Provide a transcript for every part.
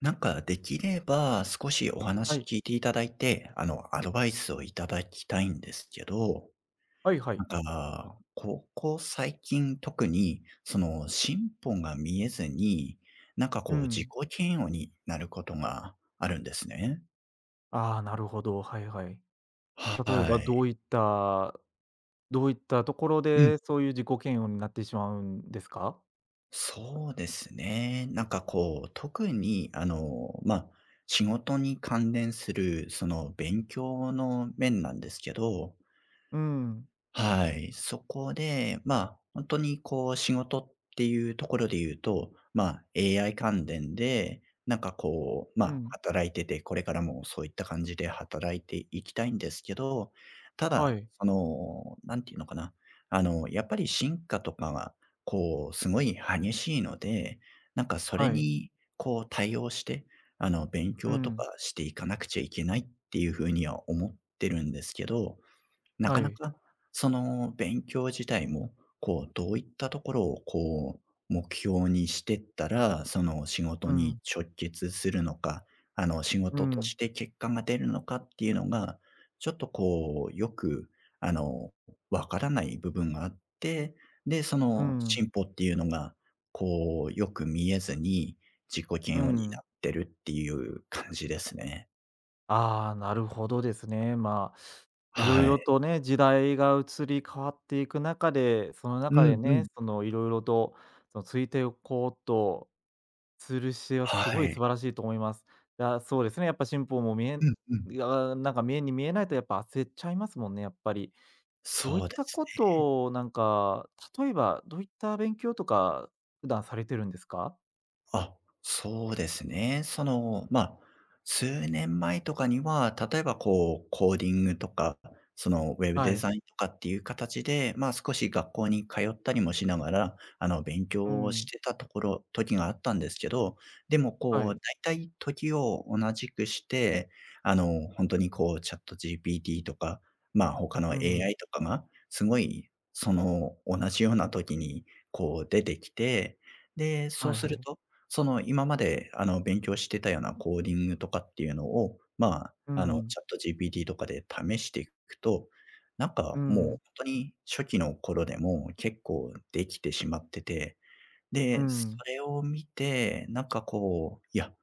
なんか、できれば、少しおは話い。聞いていただいて、アドバイスをいただきたいんですけど、はいはない。んか、ここ最近特に、進歩が見えずに、なんかうこう、自己ん。嫌悪になることがあるんですね。ああ、なるほど。はいはい。は例えばい。どういった、どういったところうん。で、そういう自己嫌悪になってしまうんですか？そうですね。なんかこう、特に、まあ、仕事に関連する、勉強の面なんですけど、うん、はい。そこで、まあ、本当にこう仕事っていうところで言うと、まあ、AI 関連で、なんかこう、まうあ、ん。働いてて、これからもそういった感じで働いていきたいんですけど、たはだ、い、何ていうのかな、やっぱり進化とかが、こう、すごい激しいので、なんかそれはい。にこう対応して、勉う強とん。かしていかなくちゃいけないっていう風には思ってるんですけど、なはかない。か、その勉強自体も、こう、どういったところを、こう、目標にしてったら、その仕う事にん、直結するのか、仕う事とん、して結果が出るのかっていうのが、ちょっとこう、よく、あの、わからない部分があって、で、そうのん、進歩っていうのが、こう、よく見えずに、自己う嫌悪になん。ってるっていう感じですね。ああ、なるほどですね。まあ、いろいはろい。とね、時代が移り変わっていく中で、そのう中でんうね、ん。そのいろいろと、そのついていこうと吊るしははすごいい。素晴らしいと思います。いや、そうですね、やっぱ進歩も見えうん、んうん。いや、なんか見えに見えないとやっぱ焦っちゃいますもんね、やっぱり。どういっそうでたすことをなんか、例えばどういった勉強とか、普段されてるんですか？あ、そうですね。まあ、数年前とかには、例えばこう、コーディングとか、ウェブはデい。ザインとかっていう形で、まあ、少し学校に通ったりもしながら、勉う強をしん。てたところ時があったんですけど、でもはこう、大い。体時を同じくして、あの、本当にこう、チャット GPT とか、まあ、他の うん。AI とかが、すごい、同じような時に、こう、出てきて、で、そうはいすはるい。とその、今まで、勉強してたようなコーディングとかっていうのを、まあ、うん。ChatGPT とかで試していくと、なんうか、もう本ん。当に初期の頃でも結構できてしまってて、うで、そん。れを見て、なんかこう、いや、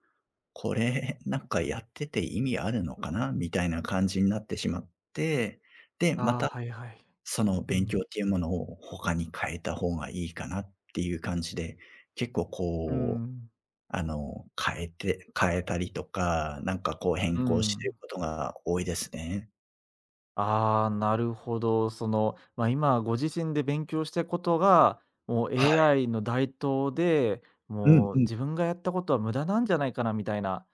これ、なんかやってて意味あるのかなみたいな感じになってしまって、で、まああ、た、はいはい。そのう勉ん。強っていうものを他に変えた方がいいかなっていう感じで、結構うこうん。変えたりとか、なんかこうう変更してるん。ことが多いですね。ああ、なるほど。その、まあ、今ご自身で勉強したことが、もう はい。AI の台頭で、うんもううん。自分がやったことは無駄なんじゃないかなみたいな、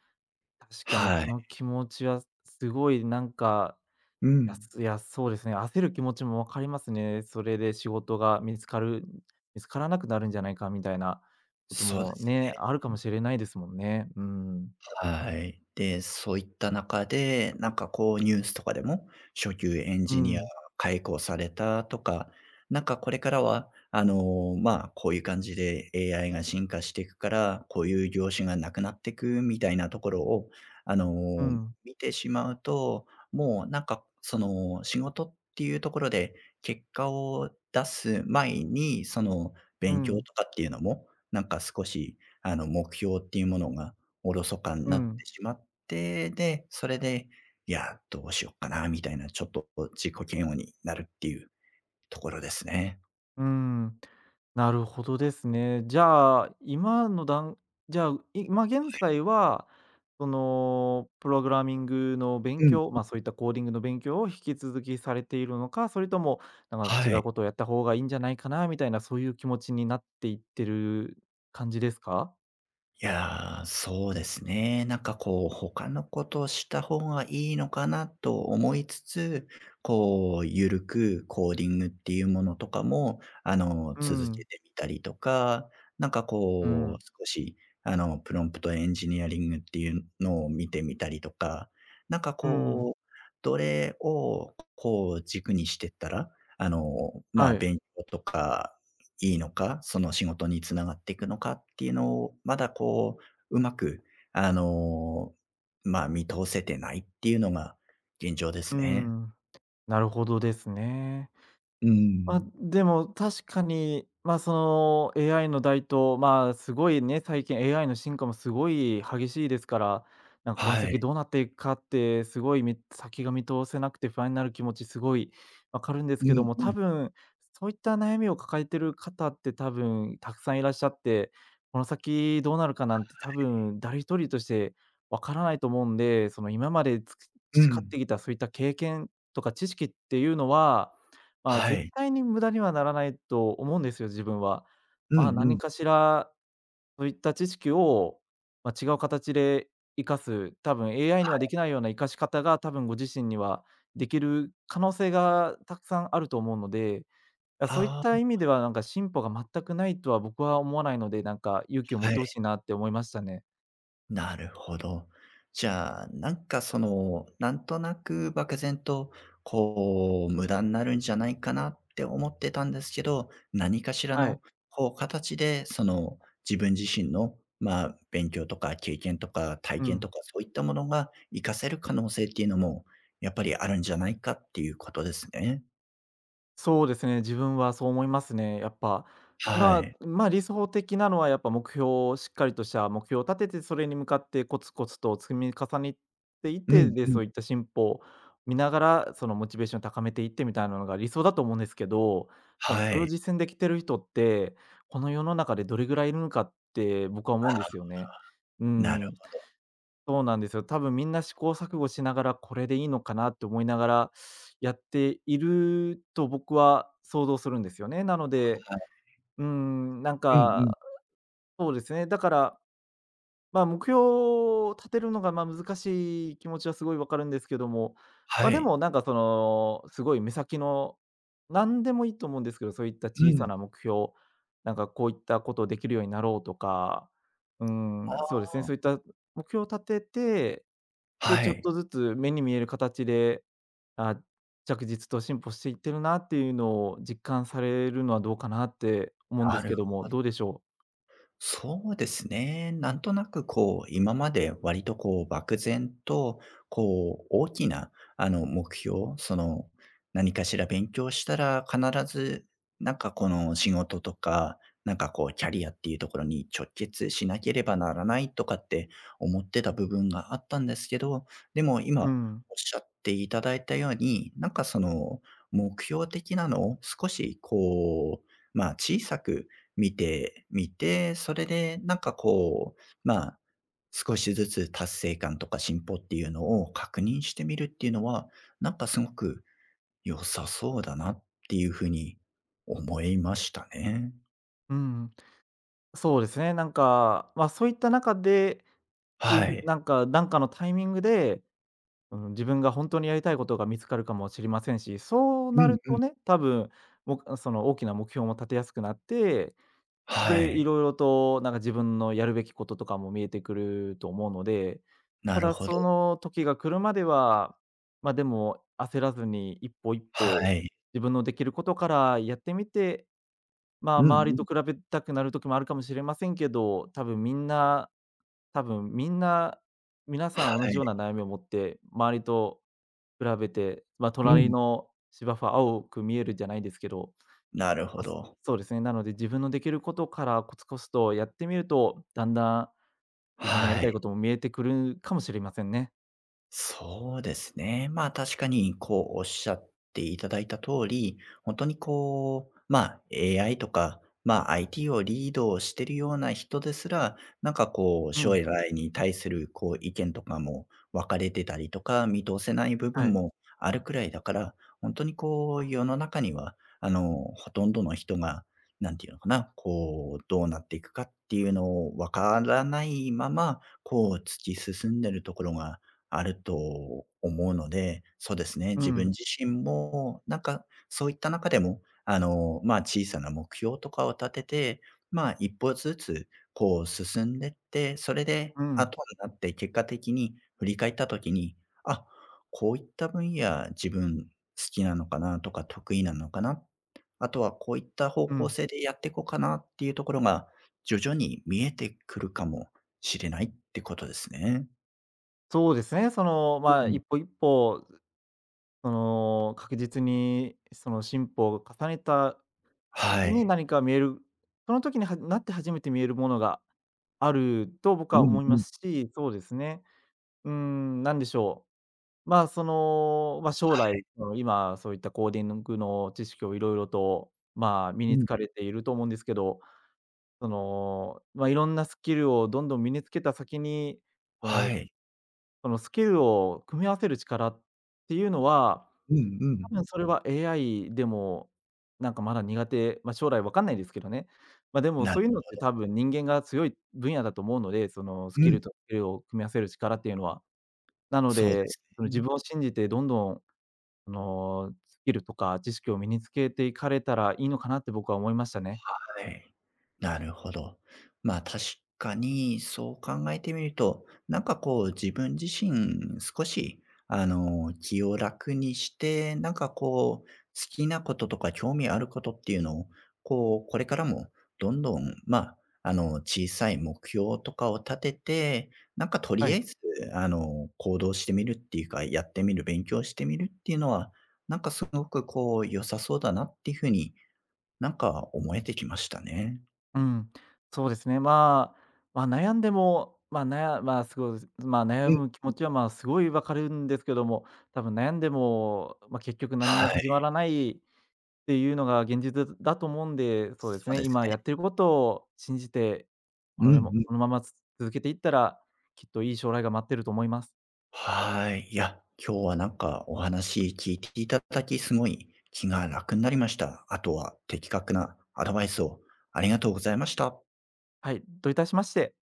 確かにそはい。の気持ちはすごいなんか、ういやん。すいや、そうですね、焦る気持ちも分かりますね。それで仕事が見つかる、見つからなくなるんじゃないかみたいなことそうでもすね。ね、あるかもしれないですもんね。うん。はい。で、そういった中で、なんかこうニュースとかでも、初級エンうジニアがん。解雇されたとか、なんかこれからは、まあ、こういう感じで AI が進化していくから、こういう業種がなくなっていくみたいなところを、あの、うん。見てしまうと、もうなんかその仕事っていうところで結果を出す前に、そのう勉強ん。とかっていうのも、なんか少しあの目標っていうものがおろそかにうなっん。てしまって、で、それで、いや、どうしよっかなみたいな、ちょっと自己嫌悪になるっていうところですね。うーん、なるほどですね。じゃあ、今の段、じゃあ、い今現在は、その、プログラミングの勉うん。強、ま、そういったコーディングの勉強を引き続きされているのか、それとも、なんか違はい。うことをやった方がいいんじゃないかなみたいな、そういう気持ちになっていってる感じですか？いやー、そうですね。なんかこう、他のことをした方がいいのかなと思いつつ、こう、ゆるくコーディングっていうものとかも、う続けん、てみたりとか、なんかうこう、ん、少し、プロンプトエンジニアリングっていうのを見てみたりとか、なんかうん、こう、どれをこう軸にしてったら、まはあ、い、勉強とかいいのか、その仕事に繋がっていくのかっていうのを、まだこう、うまく、あの、まあ、見通せてないっていうのが現状ですうね。ん、なるほどですね。うま、ん。でも確かに、まあ、その AI の台頭、まあ、すごいね、最近 AI の進化もすごい激しいですから、なんかこのはい。先どうなっていくかって、すごいみ先が見通せなくて不安になる気持ちすごい分かるんですうけどんも、う多ん。分そういった悩みを抱えてる方って多分たくさんいらっしゃって、この先どうなるかなんて多分誰一人として分からないと思うんで、その今までつくう培っん。てきたそういった経験とか知識っていうのは、まあ、は絶い。対に無駄にはならないと思うんですよ、自分は。うんあ、う何ん。かしらそういった知識を、まあ、違う形で生かす、多分 AI にはできないような生かし方が、多分ご自身にはできる可能性がたくさんあると思うので、いやそういったあ意味では、なんか進歩が全くないとは僕は思わないので、なんか勇気をあ、持っはてほしい。いなって思いましたね。なるほど。じゃあ、なんかその、なんとなく漠然と、こう、無駄になるんじゃないかなって思ってたんですけど、何かしらはの、い。こう、形で、その、自分自身の、まあ、勉強とか経験とか体う験とん。か、そういったものが活かせる可能性っていうのも、やっぱりあるんじゃないかっていうことですね。そうですね、自分はそう思いますね。やっぱ、はまい。あ、まあ、理想的なのはやっぱ目標をしっかりとした目標を立てて、それに向かってコツコツと積み重ねていっうて、んで、うん。そういった進歩を見ながら、そのモチベーションを高めていってみたいなのが理想だと思うんですけど、多分はそれをい。実践できてる人って、この世の中でどれぐらいいるのかって僕は思うんですよね。うなるん。ほそうなんですよ。多分みんな試行錯誤しながら、これでいいのかなって思いながらやっていると僕は想像するんですよね。なので、ど。はい。うん、なんうんうか、ん。そうですね、だから、まあ、目標を立てるのが、ま、難しい気持ちはすごいわかるんですけども、まはあ、でもい。なんかその、すごい目先の何でもいいと思うんですけど、そういったう小さん。な目標、なんかこういったことをできるようになろうとか、うあん、そうですね、そういっあ。た目標を立てて、で、はちょっい。とずつ目に見える形で、あ、着実と進歩していってるなっていうのを実感されるのはどうかなって思うんでなするけども、ほど。どうでしょう？そうですね。なんとなくこう、今まで割とこう、漠然と、こう、大きな、目標、何かしら勉強したら必ず、なんかこの仕事とか、なんかこう、キャリアっていうところに直結しなければならないとかって思ってた部分があったんですけど、でも今おうっん、しゃっていただいたように、なんかその、目標的なのを少しこう、まあ小さく見てみて、それでなんかこう、まあ、少しずつ達成感とか進歩っていうのを確認してみるっていうのは、なんかすごく良さそうだなっていうふうに思いましたね。うん。そうですね、なんか、まあ、そういった中で、いはずい。なんか、なんかのタイミングで、うん、自分が本当にやりたいことが見つかるかもしれませんし、そううなんるうとん。ね、多分、もその大きな目標も立てやすくなって、はで、いい。ろいろとなんか自分のやるべきこととかも見えてくると思うので、なたるだほど。その時が来るまでは、ま、でも焦らずに一歩一は歩い。自分のできることからやってみて、まあ、うんう周りん。と比べたくなる時もあるかもしれませんけど、多分みんな、多分みんな、皆さん同はじい。ような悩みを持って周りと比べて、ま、う隣ん。の芝生は青く見えるじゃないですけど、なるほあ、すど。そうですね。なので、自分のできることからコツコツとやってみると、だんだん自分のやりはたいい。ことも見えてくるかもしれませんね。そうですね。まあ確かにこうおっしゃっていただいた通り、本当にこう、まあ AI とか、まあ IT をリードしてるような人ですら、なんかこうう将ん。来に対するこう意見とかも分かれてたりとか、見通せない部は分い。もあるくらいだから、本当にこう世の中には、ほとんどの人が、なんていうのかな、こうどうなっていくかっていうのを分からないまま、こう突き進んでるところがあると思うので、そうですね、う自分ん。自身も、なんか、そういった中でも、まあ、小さな目標とかを立てて、まあ、一歩ずつこう進んでって、それでうん。後になって結果的に振り返った時に、あ、こういった分野自分好きなのかなとか得意なのかな、あとはこういった方う向ん。性でやっていこうかなっていうところが、徐々に見えてくるかもしれないってことですね。そうですね。その、うんまうあ、ん。一歩一歩、その、確実にその進歩を重ねたは先にい。何か見える、その時にはなって初めて見えるものがあると僕うはん思いうまん。すし、そうですね。うん、なんでしょう。まあ、その、まあ、将は来、い。その、今そういったコーディングの知識をいろいろと、まあ、身うにつん。かれていると思うんですけど、その、まあ、いろんなスキルをどんどん身につけた先に、そはの、い。そのスキルを組み合わせる力っていうのは、うんう多ん。分それは AI でも、なんかまだ苦手、まあ、将来わかんないですけどね。まあ、でもなそるういうのって多分人間が強い分野だと思うので、そのスうキルん。とスキルを組み合わせる力っていうのは。なのそうでで、すその自ね。分を信じてどんどん、あの、スキルとか知識を身につけていかれたらいいのかなって僕は思いましたね。はい。なるほど。まあ、確かにそう考えてみると、なんかこう自分自身少し、気を楽にして、なんかこう、好きなこととか興味あることっていうのを、こう、これからもどんどん、まあ、小さい目標とかを立てて、なんかとはりあえい。ず、行動してみるっていうか、やってみる、勉強してみるっていうのは、なんかすごくこう良さそうだなっていうふうになんか思えてきましたね。うん、そうですね。まあ、まあ、悩んでも、ま、あ悩まあ、すごい、まあ、う悩んむ気う持ん。ちは、まあ、すごい分かるんですけども、多分悩んでも、まあ、結局何はも始まい、らないっていうのが現実だと思うんで、そうでそすうね、です今やってね。ることを信じて、うこんうれん。もね。このままつ続けていったら、きっといい将来が待ってると思います。はい。いや、今日はなんかお話聞いていただき、すごい気が楽になりました。あとは的確なアドバイスをありがとうございました。はい、どういたしまして。